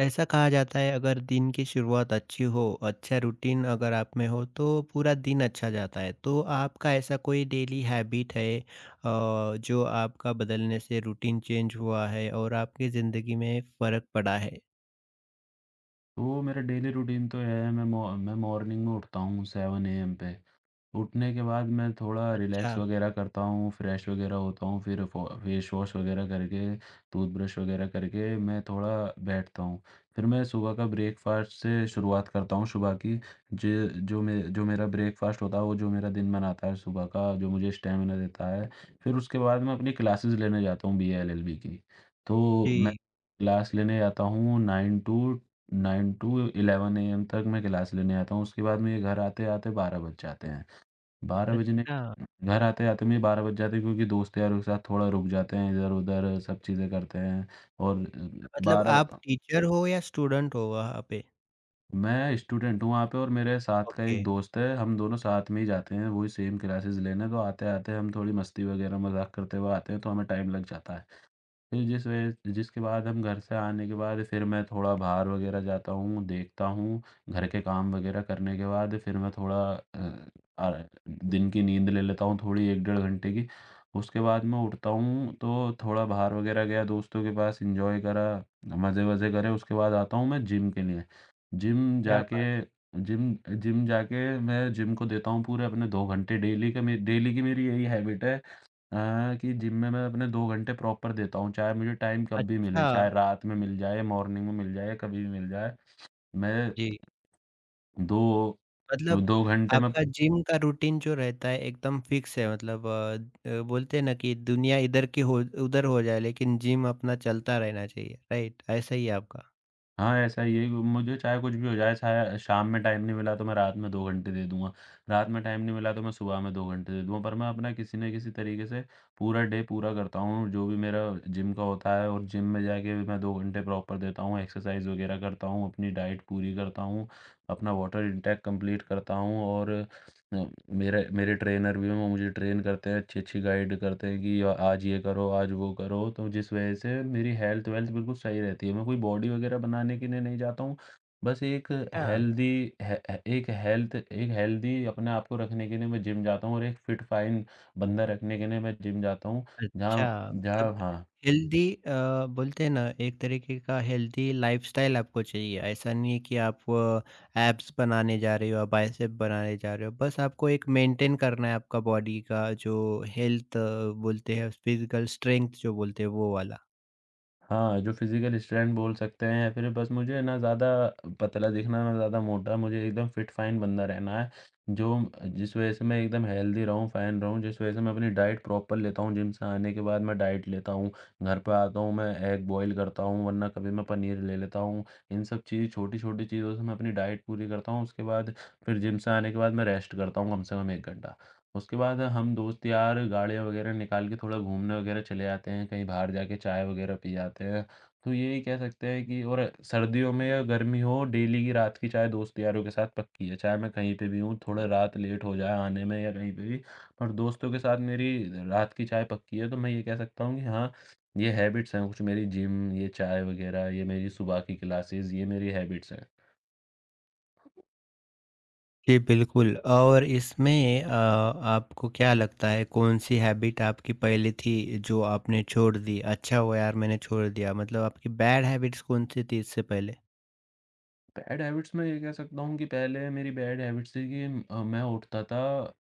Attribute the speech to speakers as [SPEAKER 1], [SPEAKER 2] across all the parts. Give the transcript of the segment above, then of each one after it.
[SPEAKER 1] ऐसा कहा जाता है अगर दिन की शुरुआत अच्छी हो, अच्छा रूटीन अगर आप में हो तो पूरा दिन अच्छा जाता है। तो आपका ऐसा कोई डेली हैबिट है जो आपका बदलने से रूटीन चेंज हुआ है और आपकी ज़िंदगी में फ़र्क पड़ा है?
[SPEAKER 2] तो मेरा डेली रूटीन तो है, मैं मॉर्निंग में उठता हूँ 7 एएम पे। उठने के बाद मैं थोड़ा रिलैक्स
[SPEAKER 1] अच्छा।
[SPEAKER 2] वगैरह करता हूँ, फ्रेश वगैरह होता हूँ, फिर फो फेस वॉश वगैरह करके, टूथब्रश वगैरह करके मैं थोड़ा बैठता हूँ। फिर मैं सुबह का ब्रेकफ़ास्ट से शुरुआत करता हूँ सुबह की, ज जो मे जो मेरा ब्रेकफ़ास्ट होता है, वो जो मेरा दिन बनाता है सुबह का, जो मुझे स्टैमिना देता है। फिर उसके बाद मैं अपनी क्लासेस लेने जाता हूँ बीए-एलएलबी की। तो मैं
[SPEAKER 1] जी।
[SPEAKER 2] क्लास लेने आता हूँ 9 टू 11 एएम तक मैं क्लास लेने आता हूँ, उसके बाद मुझे घर आते-आते 12 बज जाते हैं। 12 बजने
[SPEAKER 1] अच्छा,
[SPEAKER 2] घर आते-आते में 12 बज जाते हैं, क्योंकि दोस्त यारों के साथ थोड़ा रुक जाते हैं, इधर-उधर सब चीज़ें करते हैं और
[SPEAKER 1] मतलब
[SPEAKER 2] 12
[SPEAKER 1] आप टीचर हो या स्टूडेंट हो वहाँ पे?
[SPEAKER 2] मैं स्टूडेंट हूँ वहाँ पे, और मेरे साथ का
[SPEAKER 1] ओके।
[SPEAKER 2] एक दोस्त है, हम दोनों साथ में ही जाते हैं, वही सेम क्लासेस लेने, तो आते-आते हम थोड़ी मस्ती वगैरह मज़ाक करते हुए आते हैं, तो हमें टाइम लग जाता है। फिर जिस वजह जिसके बाद हम घर से आने के बाद फिर मैं थोड़ा बाहर वगैरह जाता हूँ, देखता हूँ, घर के काम वगैरह करने के बाद फिर मैं थोड़ा अ, दिन की नींद ले लेता हूँ थोड़ी 1 डेढ़ घंटे की। उसके बाद मैं उठता हूँ तो थोड़ा बाहर वगैरह गया दोस्तों के पास, एन्जॉय करा, मज़े-वज़े करे, उसके बाद आता हूँ मैं जिम के लिए। जिम
[SPEAKER 1] क्या
[SPEAKER 2] जाके
[SPEAKER 1] बात!
[SPEAKER 2] जिम जिम जाके मैं जिम को देता हूँ पूरे अपने 2 घंटे डेली का मे डेली की मेरी यही हैबिट है। हाँ, कि जिम में मैं अपने 2 घंटे प्रॉपर देता हूँ, चाहे मुझे टाइम कब भी मिले,
[SPEAKER 1] अच्छा।
[SPEAKER 2] चाहे रात में मिल जाए, मॉर्निंग में मिल जाए, कभी भी मिल जाए। मैं
[SPEAKER 1] जी।
[SPEAKER 2] 2
[SPEAKER 1] मतलब
[SPEAKER 2] 2 घंटे में।
[SPEAKER 1] आपका जिम का रूटीन जो रहता है एकदम फिक्स है मतलब बोलते हैं ना कि दुनिया इधर की हो उधर हो जाए लेकिन जिम अपना चलता रहना चाहिए, राइट? ऐसा ही है आपका?
[SPEAKER 2] हाँ, ऐसा ही है कि मुझे चाहे कुछ भी हो जाए, चाहे शाम में टाइम नहीं मिला तो मैं रात में 2 घंटे दे दूँगा, रात में टाइम नहीं मिला तो मैं सुबह में 2 घंटे दे दूँगा। पर मैं अपना किसी न किसी तरीके से पूरा करता हूँ, जो भी मेरा जिम का होता है, और जिम में जाके भी मैं 2 घंटे प्रॉपर देता हूँ, एक्सरसाइज़ वगैरह करता हूँ, अपनी डाइट पूरी करता हूँ, अपना वाटर इंटेक कंप्लीट करता हूँ, और अ, मेरे मेरे ट्रेनर भी हैं, वो मुझे ट्रेन करते हैं, अच्छी-अच्छी गाइड करते हैं कि आज ये करो, आज वो करो, तो जिस वजह से मेरी हेल्थ-वेल्थ बिल्कुल सही रहती है। मैं कोई बॉडी वगैरह बनाने के लिए नहीं जाता हूँ, बस एक
[SPEAKER 1] हाँ।
[SPEAKER 2] हेल्दी हे ए एक हेल्थ एक हेल्दी अपने आप को रखने के लिए मैं जिम जाता हूँ, और एक फिट फाइन बंदा रखने के लिए मैं जिम जाता हूँ,
[SPEAKER 1] अच्छा,
[SPEAKER 2] जहाँ जहाँ
[SPEAKER 1] मतलब
[SPEAKER 2] हाँ।
[SPEAKER 1] हेल्दी बोलते हैं ना एक तरीके का हेल्दी लाइफ़स्टाइल आपको चाहिए, ऐसा नहीं है कि आप एब्स बनाने जा रहे हो, बाइसेप बनाने जा रहे हो, बस आपको एक मेंटेन करना है आपका बॉडी का जो हेल्थ बोलते हैं फिजिकल स्ट्रेंथ जो बोलते हैं वो वाला।
[SPEAKER 2] हाँ, जो फिज़िकल स्ट्रेंथ बोल सकते हैं, या फिर बस मुझे ना ज़्यादा पतला दिखना, ना ज़्यादा मोटा, मुझे एकदम फिट फाइन बंदा रहना है। जो जिस वज़ह से मैं एकदम हेल्दी रहूँ, फाइन रहूँ, जिस वज़ह से मैं अपनी डाइट प्रॉपर लेता हूँ, जिम से आने के बाद मैं डाइट लेता हूँ, घर पे आता हूँ, मैं एग बॉयल करता हूँ, वरना कभी मैं पनीर ले लेता हूँ। इन सब चीज़ छोटी-छोटी चीज़ों से मैं अपनी डाइट पूरी करता हूँ, उसके बाद फिर जिम से आने के बाद मैं रेस्ट करता हूँ कम से कम 1 घंटा। उसके बाद हम दोस्त यार गाड़ियाँ वगैरह निकाल के थोड़ा घूमने वगैरह चले जाते हैं, कहीं बाहर जाके चाय वगैरह पी आते हैं। तो ये कह सकते हैं कि, और सर्दियों में या गर्मी हो, डेली की रात की चाय दोस्त यारों के साथ पक्की है। चाहे मैं कहीं पे भी हूँ, थोड़ा रात लेट हो जाए आने में या कहीं पे भी, पर दोस्तों के साथ मेरी रात की चाय पक्की है। तो मैं ये कह सकता हूँ कि हाँ, ये हैबिट्स हैं कुछ मेरी, जिम, ये चाय वगैरह, ये मेरी सुबह की क्लासेस, ये मेरी हैबिट्स हैं।
[SPEAKER 1] जी, बिल्कुल। और इसमें आपको क्या लगता है कौन-सी हैबिट आपकी पहले थी जो आपने छोड़ दी? अच्छा हुआ यार मैंने छोड़ दिया, मतलब आपकी बैड हैबिट्स कौन-सी थी इससे पहले?
[SPEAKER 2] बैड हैबिट्स, मैं ये कह सकता हूँ कि पहले मेरी बैड हैबिट्स थी कि मैं उठता था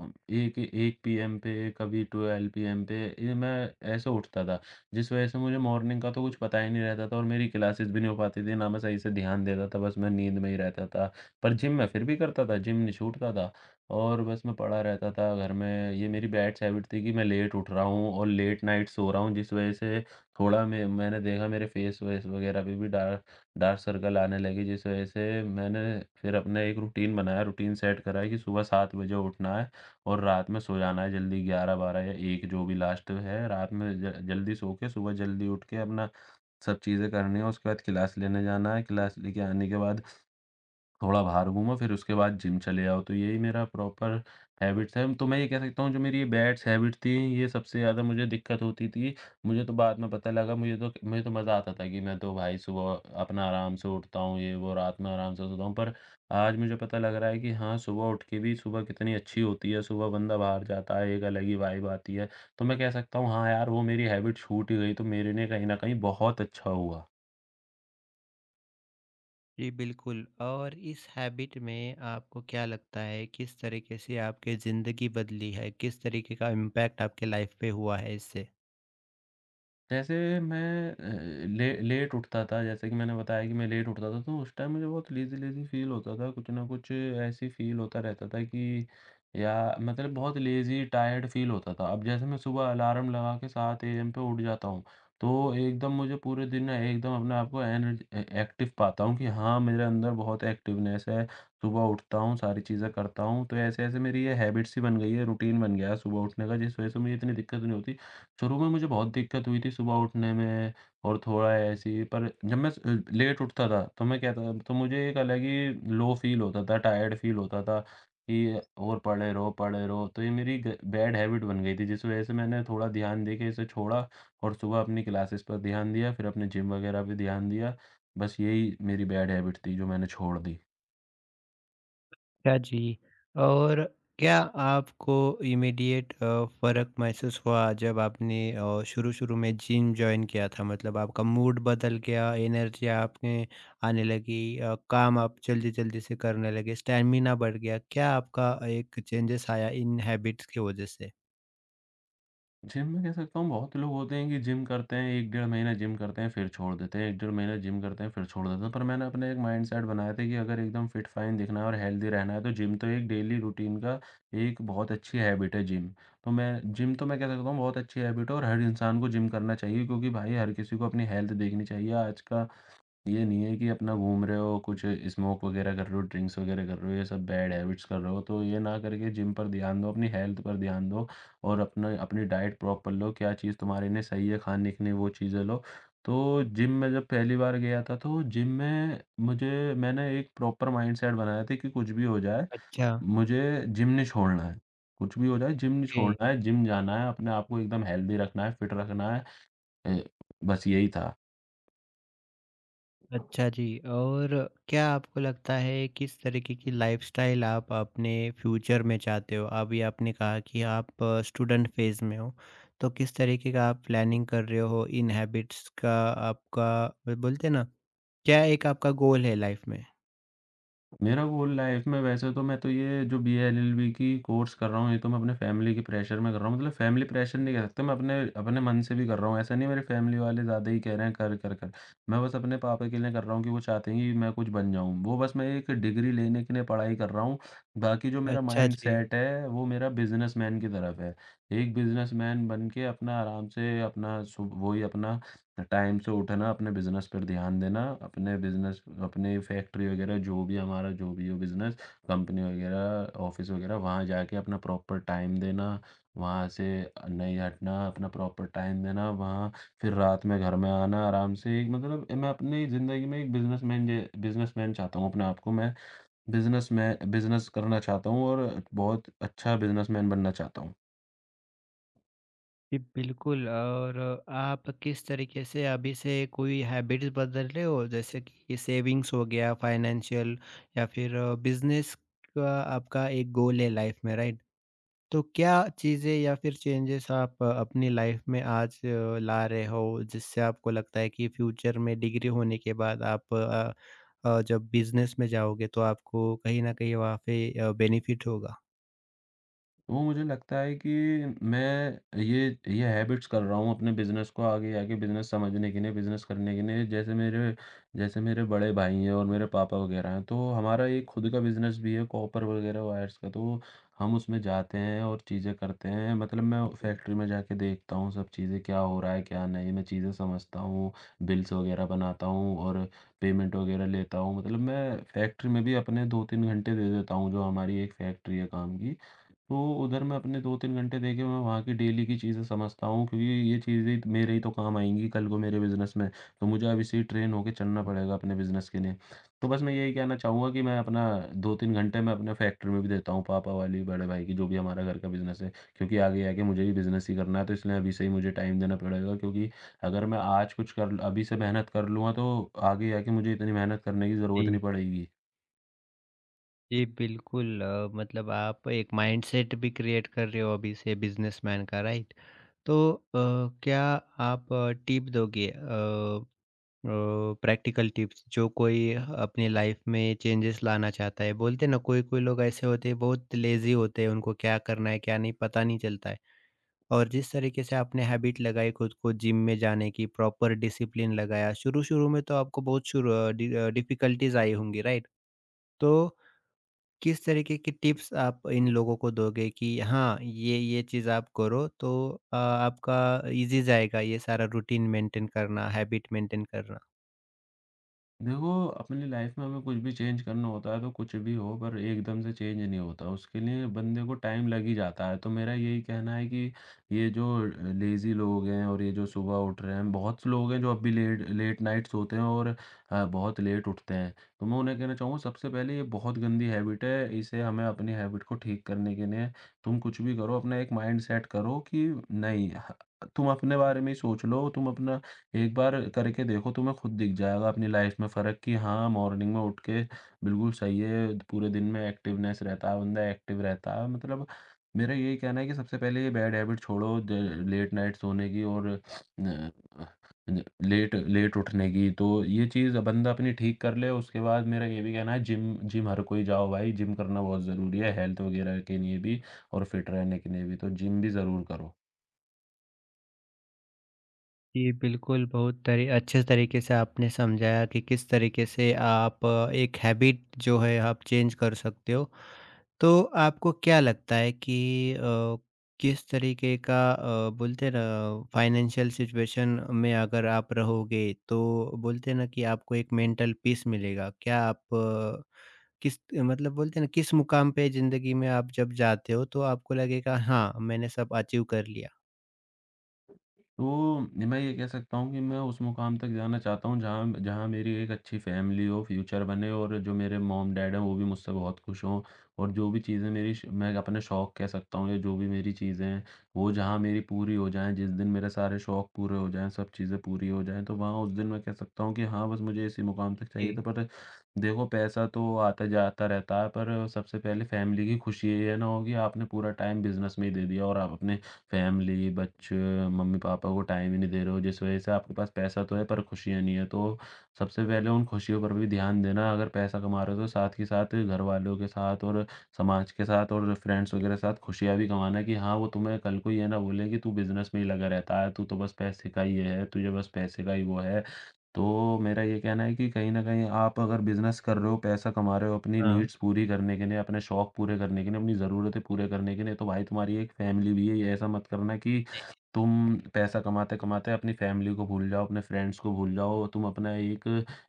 [SPEAKER 2] अ, एक एक पीएम पे, कभी 12 पीएम पे। ये मैं ऐसे उठता था, जिस वजह से मुझे मॉर्निंग का तो कुछ पता ही नहीं रहता था, और मेरी क्लासेस भी नहीं हो पाती थी, ना मैं सही से ध्यान देता था, बस मैं नींद में ही रहता था। पर जिम मैं फिर भी करता था, जिम नहीं छूटता था, और बस मैं पड़ा रहता था घर में। ये मेरी बैड हैबिट थी कि मैं लेट उठ रहा हूँ और लेट नाइट सो रहा हूँ, जिस वजह से थोड़ा मैंने देखा मेरे फेस वेस वगैरह पे भी डार्क डार्क सर्कल आने लगे, जिस वजह से मैंने फिर अपना एक रूटीन बनाया, रूटीन सेट करा है कि सुबह 7 बजे उठना है और रात में सो जाना है जल्दी, 11-12 या 1 जो भी लास्ट है, रात में ज जल्दी सो के सुबह जल्दी उठ के अपना सब चीज़ें करनी है, उसके बाद क्लास लेने जाना है, क्लास लेके आने के बाद थोड़ा बाहर घूमो, फिर उसके बाद जिम चले जाओ, तो यही मेरा प्रॉपर हैबिट्स है। तो मैं ये कह सकता हूँ जो मेरी ये बैड्स हैबिट थी, ये सबसे ज़्यादा मुझे दिक्कत होती थी। मुझे तो बाद में पता लगा, मुझे तो मज़ा आता था कि मैं तो भाई सुबह अपना आराम से उठता हूँ, ये वो, रात में आराम से सोता हूँ। पर आज मुझे पता लग रहा है कि हाँ, सुबह उठ के भी सुबह कितनी अच्छी होती है, सुबह बंदा बाहर जाता है, एक अलग ही वाइब आती है। तो मैं कह सकता हूँ, हाँ यार, वो मेरी हैबिट छूट ही गई, तो मेरे लिए कहीं न कहीं बहुत अच्छा हुआ।
[SPEAKER 1] जी, बिल्कुल। और इस हैबिट में आपको क्या लगता है किस तरीके से आपकी ज़िंदगी बदली है? किस तरीके का इम्पैक्ट आपके लाइफ पे हुआ है इससे?
[SPEAKER 2] जैसे मैं अ, ले लेट उठता था, जैसे कि मैंने बताया कि मैं लेट उठता था, तो उस टाइम मुझे बहुत लेज़ी-लेज़ी फ़ील होता था, कुछ ना कुछ ऐसी फ़ील होता रहता था कि या मतलब बहुत लेज़ी, टायर्ड फ़ील होता था। अब जैसे मैं सुबह अलार्म लगा के 7 एएम पे उठ जाता हूँ, तो एकदम मुझे पूरे दिन ना एकदम अपने आप को एनर्ज ए एक्टिव पाता हूँ कि हाँ, मेरे अंदर बहुत एक्टिवनेस है, सुबह उठता हूँ, सारी चीज़ें करता हूँ। तो ऐसे-ऐसे मेरी ये हैबिट्स ही बन गई है, रूटीन बन गया है सुबह उठने का, जिस वजह से मुझे इतनी दिक्कत नहीं होती। शुरू में मुझे बहुत दिक्कत हुई थी सुबह उठने में, और थोड़ा ऐसे ही, पर जब मैं लेट उठता था तो मैं कहता, तो मुझे एक अलग ही लो फ़ील होता था, टायर्ड फ़ील होता था कि और पड़े रहो, पड़े रहो। तो ये मेरी ग बैड हैबिट बन गई थी, जिस वज़ह से मैंने थोड़ा ध्यान दे के इसे छोड़ा, और सुबह अपनी क्लासेस पर ध्यान दिया, फिर अपने जिम वग़ैरह पे ध्यान दिया। बस यही मेरी बैड हैबिट थी जो मैंने छोड़ दी।
[SPEAKER 1] अच्छा जी। और क्या आपको इमीडिएट फ़र्क महसूस हुआ जब आपने शुरू-शुरू में जिम जॉइन किया था? मतलब आपका मूड बदल गया, एनर्जी आपने आने लगी, काम आप जल्दी-जल्दी से करने लगे, स्टैमिना बढ़ गया, क्या आपका एक चेंजेस आया इन हैबिट्स की वजह से?
[SPEAKER 2] जिम में कह सकता हूँ बहुत लोग होते हैं कि जिम करते हैं, 1 डेढ़ महीना जिम करते हैं फिर छोड़ देते हैं, 1 डेढ़ महीना जिम करते हैं फिर छोड़ देते हैं। पर मैंने अपना एक माइंडसेट बनाया था कि अगर एकदम फिट फाइन दिखना है और हेल्दी रहना है, तो जिम तो एक डेली रूटीन का एक बहुत अच्छी हैबिट है, जिम। तो मैं कह सकता हूँ बहुत अच्छी हैबिट है, और हर इंसान को जिम करना चाहिए, क्योंकि भाई हर किसी को अपनी हेल्थ देखनी चाहिए। आज का ये नहीं है कि अपना घूम रहे हो, कुछ स्मोक वगैरह कर रहे हो, ड्रिंक्स वगैरह कर रहे हो, ये सब बैड हैबिट्स कर रहे हो, तो ये ना करके जिम पर ध्यान दो, अपनी हेल्थ पर ध्यान दो, और अपना अपनी डाइट प्रॉपर लो, क्या चीज़ तुम्हारे लिए सही है खाने के लिए, वो चीज़ें लो। तो जिम में जब पहली बार गया था, तो जिम में मुझे मैंने एक प्रॉपर माइंडसेट बनाया था कि कुछ भी हो जाए,
[SPEAKER 1] अच्छा।
[SPEAKER 2] मुझे जिम नहीं छोड़ना है। कुछ भी हो जाए, जिम नहीं
[SPEAKER 1] ओके।
[SPEAKER 2] छोड़ना है, जिम जाना है, अपने आप को एकदम हेल्दी रखना है, फिट रखना है। अ, बस यही था।
[SPEAKER 1] अच्छा जी। और क्या आपको लगता है किस तरीके की लाइफस्टाइल आप अपने फ्यूचर में चाहते हो? अभी आपने कहा कि आप स्टूडेंट फेज में हो, तो किस तरीके का आप प्लानिंग कर रहे हो इन हैबिट्स का? आपका बोलते हैं ना, क्या एक आपका गोल है लाइफ में?
[SPEAKER 2] मेरा गोल लाइफ में, वैसे तो, मैं तो ये जो बी एल एल बी की कोर्स कर रहा हूँ, ये तो मैं अपने फैमिली के प्रेशर में कर रहा हूँ, मतलब फैमिली प्रेशर नहीं कह सकते, मैं अपने अपने मन से भी कर रहा हूँ, ऐसा नहीं, मेरे फैमिली वाले ज़्यादा ही कह रहे हैं कर कर कर। मैं बस अपने पापा के लिए कर रहा हूँ कि वो चाहते हैं कि मैं कुछ बन जाऊँ, वो बस मैं एक डिग्री लेने के लिए पढ़ाई कर रहा हूँ। बाकी जो मेरा
[SPEAKER 1] अच्छा
[SPEAKER 2] माइंड
[SPEAKER 1] जी।
[SPEAKER 2] सेट है वो मेरा बिजनेसमैन की तरफ है। एक बिजनेसमैन बन के अपना आराम से अपना वही अपना टाइम से उठना, अपने बिज़नेस पर ध्यान देना, अपने बिज़नेस अपनी फैक्ट्री वगैरह, जो भी हमारा, जो भी हो बिज़नेस, कंपनी वगैरह, ऑफ़िस वगैरह, वहाँ जाके अपना प्रॉपर टाइम देना, वहाँ से नहीं हटना, अपना प्रॉपर टाइम देना, वहाँ फिर रात में घर में आना आराम से। एक मतलब मैं अपनी ज़िंदगी में एक बिज़नेसमैन चाहता हूँ, अपने आप को मैं बिज़नेस में बिज़नेस करना चाहता हूँ और बहुत अच्छा बिज़नेसमैन बनना चाहता हूँ।
[SPEAKER 1] जी बिल्कुल। और आप किस तरीके से अभी से कोई हैबिट्स बदल रहे हो, जैसे कि सेविंग्स हो गया, फाइनेंशियल या फिर बिजनेस का आपका एक गोल है लाइफ में, राइट? तो क्या चीज़ें या फिर चेंजेस आप अपनी लाइफ में आज ला रहे हो जिससे आपको लगता है कि फ्यूचर में डिग्री होने के बाद आप जब बिजनेस में जाओगे तो आपको कहीं न कहीं वहाँ पे बेनिफिट होगा?
[SPEAKER 2] वो मुझे लगता है कि मैं ये हैबिट्स कर रहा हूँ अपने बिज़नेस को आगे आके बिज़नेस समझने के लिए, बिज़नेस करने के लिए। जैसे मेरे बड़े भाई हैं और मेरे पापा वगैरह हैं, तो हमारा एक खुद का बिज़नेस भी है कॉपर वगैरह वायर्स का। तो हम उसमें जाते हैं और चीज़ें करते हैं। मतलब मैं फैक्ट्री में जाके देखता हूँ सब चीज़ें क्या हो रहा है, क्या नहीं। मैं चीज़ें समझता हूँ, बिल्स वगैरह बनाता हूँ और पेमेंट वगैरह लेता हूँ। मतलब मैं फैक्ट्री में भी अपने 2-3 घंटे दे देता हूँ, जो हमारी एक फैक्ट्री है काम की। तो उधर मैं अपने 2-3 घंटे देके मैं वहाँ की डेली की चीज़ें समझता हूँ, क्योंकि ये चीज़ें मेरे ही तो काम आएँगी कल को मेरे बिज़नेस में। तो मुझे अब इसी ट्रेन होके चलना पड़ेगा अपने बिज़नेस के लिए। तो बस मैं यही कहना चाहूँगा कि मैं अपना 2-3 घंटे मैं अपने फैक्ट्री में भी देता हूँ, पापा वाली, बड़े भाई की जो भी हमारा घर का बिज़नेस है। क्योंकि आगे आके मुझे भी बिज़नेस ही करना है तो इसलिए अभी से ही मुझे टाइम देना पड़ेगा, क्योंकि अगर मैं आज कुछ कर अभी से मेहनत कर लूँगा तो आगे आके मुझे इतनी मेहनत करने की ज़रूरत
[SPEAKER 1] जी।
[SPEAKER 2] नहीं पड़ेगी।
[SPEAKER 1] जी बिल्कुल, मतलब आप एक माइंडसेट भी क्रिएट कर रहे हो अभी से बिजनेसमैन का, राइट? तो क्या आप टिप दोगे, प्रैक्टिकल टिप्स, जो कोई अपनी लाइफ में चेंजेस लाना चाहता है? बोलते हैं ना, कोई कोई लोग ऐसे होते हैं बहुत लेजी होते हैं, उनको क्या करना है क्या नहीं पता नहीं चलता है। और जिस तरीके से आपने हैबिट लगाई खुद को जिम में जाने की, प्रॉपर डिसिप्लिन लगाया, शुरू शुरू में तो आपको बहुत शुरू डिफिकल्टीज आई होंगी, राइट? तो किस तरीके की टिप्स आप इन लोगों को दोगे कि हाँ, ये चीज़ आप करो तो आपका इजी जाएगा ये सारा रूटीन मेंटेन करना, हैबिट मेंटेन करना।
[SPEAKER 2] देखो, अपनी लाइफ में हमें कुछ भी चेंज करना होता है तो कुछ भी हो, पर एकदम से चेंज नहीं होता। उसके लिए बंदे को टाइम लग ही जाता है। तो मेरा यही कहना है कि ये जो लेज़ी लोग हैं और ये जो सुबह उठ रहे हैं, बहुत से लोग हैं जो अब भी लेट लेट नाइट सोते हैं और बहुत लेट उठते हैं। तो मैं उन्हें कहना चाहूँगा, सबसे पहले ये बहुत गंदी हैबिट है। इसे हमें अपनी हैबिट को ठीक करने के लिए तुम कुछ भी करो, अपना एक माइंडसेट करो कि नहीं ह तुम अपने बारे में ही सोच लो, तुम अपना एक बार करके देखो, तुम्हें खुद दिख जाएगा अपनी लाइफ में फ़र्क कि हाँ, मॉर्निंग में उठ के बिल्कुल सही है, पूरे दिन में एक्टिवनेस रहता है, बंदा एक्टिव रहता है। मतलब मेरा यही कहना है कि सबसे पहले ये बैड हैबिट छोड़ो द लेट नाइट सोने की, और न अ, न लेट लेट उठने की। तो ये चीज़ बंदा अपनी ठीक कर ले, उसके बाद मेरा ये भी कहना है जिम जिम हर कोई जाओ भाई, जिम करना बहुत ज़रूरी है हेल्थ वगैरह के लिए भी और फिट रहने के लिए भी, तो जिम भी ज़रूर करो।
[SPEAKER 1] जी, बिल्कुल, बहुत तरी अच्छे तरीके से आपने समझाया कि किस तरीके से आप एक हैबिट जो है आप चेंज कर सकते हो। तो आपको क्या लगता है कि किस तरीके का बोलते हैं ना, फाइनेंशियल सिचुएशन में अगर आप रहोगे तो बोलते हैं ना कि आपको एक मेंटल पीस मिलेगा। क्या आप किस मतलब बोलते हैं ना, किस मुकाम पे ज़िंदगी में आप जब जाते हो तो आपको लगेगा हाँ, मैंने सब अचीव कर लिया?
[SPEAKER 2] तो मैं ये कह सकता हूँ कि मैं उस मुकाम तक जाना चाहता हूँ जहाँ जहाँ मेरी एक अच्छी फैमिली हो, फ्यूचर बने, और जो मेरे मॉम डैड हैं वो भी मुझसे बहुत खुश हों, और जो भी चीज़ें मेरी श मैं अपने शौक कह सकता हूँ या जो भी मेरी चीज़ें हैं, वो जहाँ मेरी पूरी हो जाएँ, जिस दिन मेरे सारे शौक पूरे हो जाएँ, सब चीज़ें पूरी हो जाएँ, तो वहाँ उस दिन मैं कह सकता हूँ कि हाँ, बस मुझे इसी मुकाम तक चाहिए था।
[SPEAKER 1] जी।
[SPEAKER 2] पर देखो, पैसा तो आता-जाता रहता है, पर सबसे पहले फैमिली की खुशी, ये ना हो कि आपने पूरा टाइम बिज़नेस में ही दे दिया और आप अपने फैमिली, बच्चे, मम्मी-पापा को टाइम ही नहीं दे रहे हो, जिस वजह से आपके पास पैसा तो है पर खुशियाँ नहीं है। तो सबसे पहले उन खुशियों पर भी ध्यान देना, अगर पैसा कमा रहे हो तो साथ ही साथ घरवालों के साथ और समाज के साथ और फ्रेंड्स वगैरह के साथ खुशियाँ भी कमाना, कि हाँ, वो तुम्हें कल को ये ना बोलें कि तू बिज़नेस में ही लगा रहता है, तू तो बस पैसे का ही ये है, तुझे बस पैसे का ही वो है। तो मेरा ये कहना है कि कहीं न कहीं आप अगर बिज़नेस कर रहे हो, पैसा कमा रहे हो अपनी
[SPEAKER 1] हाँ।
[SPEAKER 2] नीड्स पूरी करने के लिए, अपने शौक पूरे करने के लिए, अपनी ज़रूरतें पूरे करने के लिए, तो भाई तुम्हारी एक फैमिली भी है। ये ऐसा मत करना कि तुम पैसा कमाते-कमाते अपनी फैमिली को भूल जाओ, अपने फ्रेंड्स को भूल जाओ, तुम अपना एक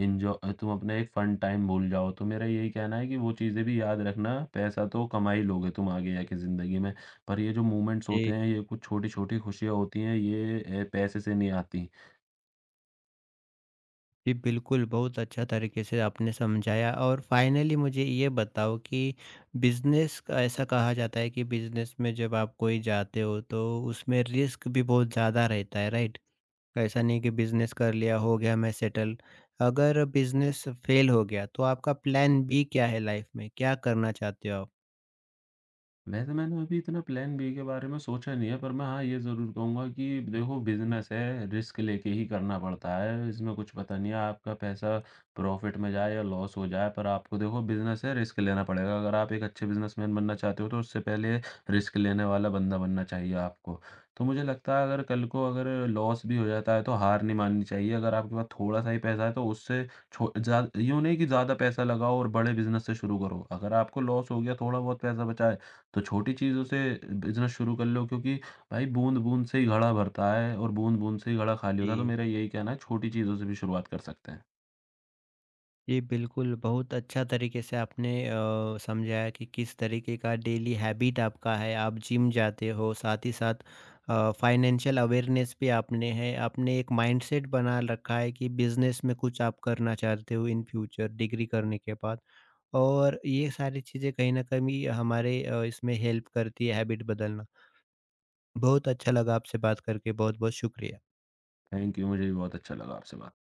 [SPEAKER 2] तुम अपना एक फन टाइम भूल जाओ। तो मेरा यही कहना है कि वो चीज़ें भी याद रखना, पैसा तो कमा ही लोगे तुम आगे जाके ज़िंदगी में, पर ये जो मोमेंट्स होते
[SPEAKER 1] जी।
[SPEAKER 2] हैं, ये कुछ छोटी-छोटी खुशियाँ होती हैं, ये पैसे से नहीं आती।
[SPEAKER 1] जी, बिल्कुल, बहुत अच्छा तरीके से आपने समझाया। और फाइनली मुझे ये बताओ कि बिज़नेस, ऐसा कहा जाता है कि बिज़नेस में जब आप कोई जाते हो तो उसमें रिस्क भी बहुत ज़्यादा रहता है, राइट? ऐसा नहीं कि बिज़नेस कर लिया, हो गया मैं सेटल। अगर बिज़नेस फेल हो गया तो आपका प्लान बी क्या है लाइफ़ में? क्या करना चाहते हो आप?
[SPEAKER 2] वैसे मैंने अभी इतना प्लान बी के बारे में सोचा नहीं है, पर मैं हाँ, ये ज़रूर कहूँगा कि देखो बिज़नेस है, रिस्क लेके ही करना पड़ता है, इसमें कुछ पता नहीं है आपका पैसा प्रॉफ़िट में जाए या लॉस हो जाए, पर आपको देखो बिज़नेस है, रिस्क लेना पड़ेगा। अगर आप एक अच्छे बिज़नेसमैन बनना चाहते हो, तो उससे पहले रिस्क लेने वाला बंदा बनना चाहिए आपको। तो मुझे लगता है अगर कल को अगर लॉस भी हो जाता है, तो हार नहीं माननी चाहिए। अगर आपके पास थोड़ा-सा ही पैसा है, तो उससे छो ज़्या यूँ नहीं कि ज़्यादा पैसा लगाओ और बड़े बिज़नेस से शुरू करो। अगर आपको लॉस हो गया, थोड़ा बहुत पैसा बचा है, तो छोटी चीज़ों से बिज़नेस शुरू कर लो, क्योंकि भाई बूँद-बूँद से ही घड़ा भरता है और बूँद-बूँद से ही घड़ा खाली होता है। तो
[SPEAKER 1] जी।
[SPEAKER 2] मेरा यही कहना है छोटी चीज़ों से भी शुरुआत कर सकते हैं।
[SPEAKER 1] जी, बिल्कुल, बहुत अच्छा तरीके से आपने समझाया कि किस तरीके का डेली हैबिट आपका है, आप जिम जाते हो, साथ ही साथ फाइनेंशियल अवेयरनेस भी आपने है, आपने एक माइंडसेट बना रखा है कि बिज़नेस में कुछ आप करना चाहते हो इन फ्यूचर डिग्री करने के बाद। और ये सारी चीज़ें कहीं न कहीं हमारे इसमें हेल्प करती है हैबिट बदलना। बहुत अच्छा लगा आपसे बात करके, बहुत-बहुत शुक्रिया।
[SPEAKER 2] थैंक यू, मुझे भी बहुत अच्छा लगा आपसे बात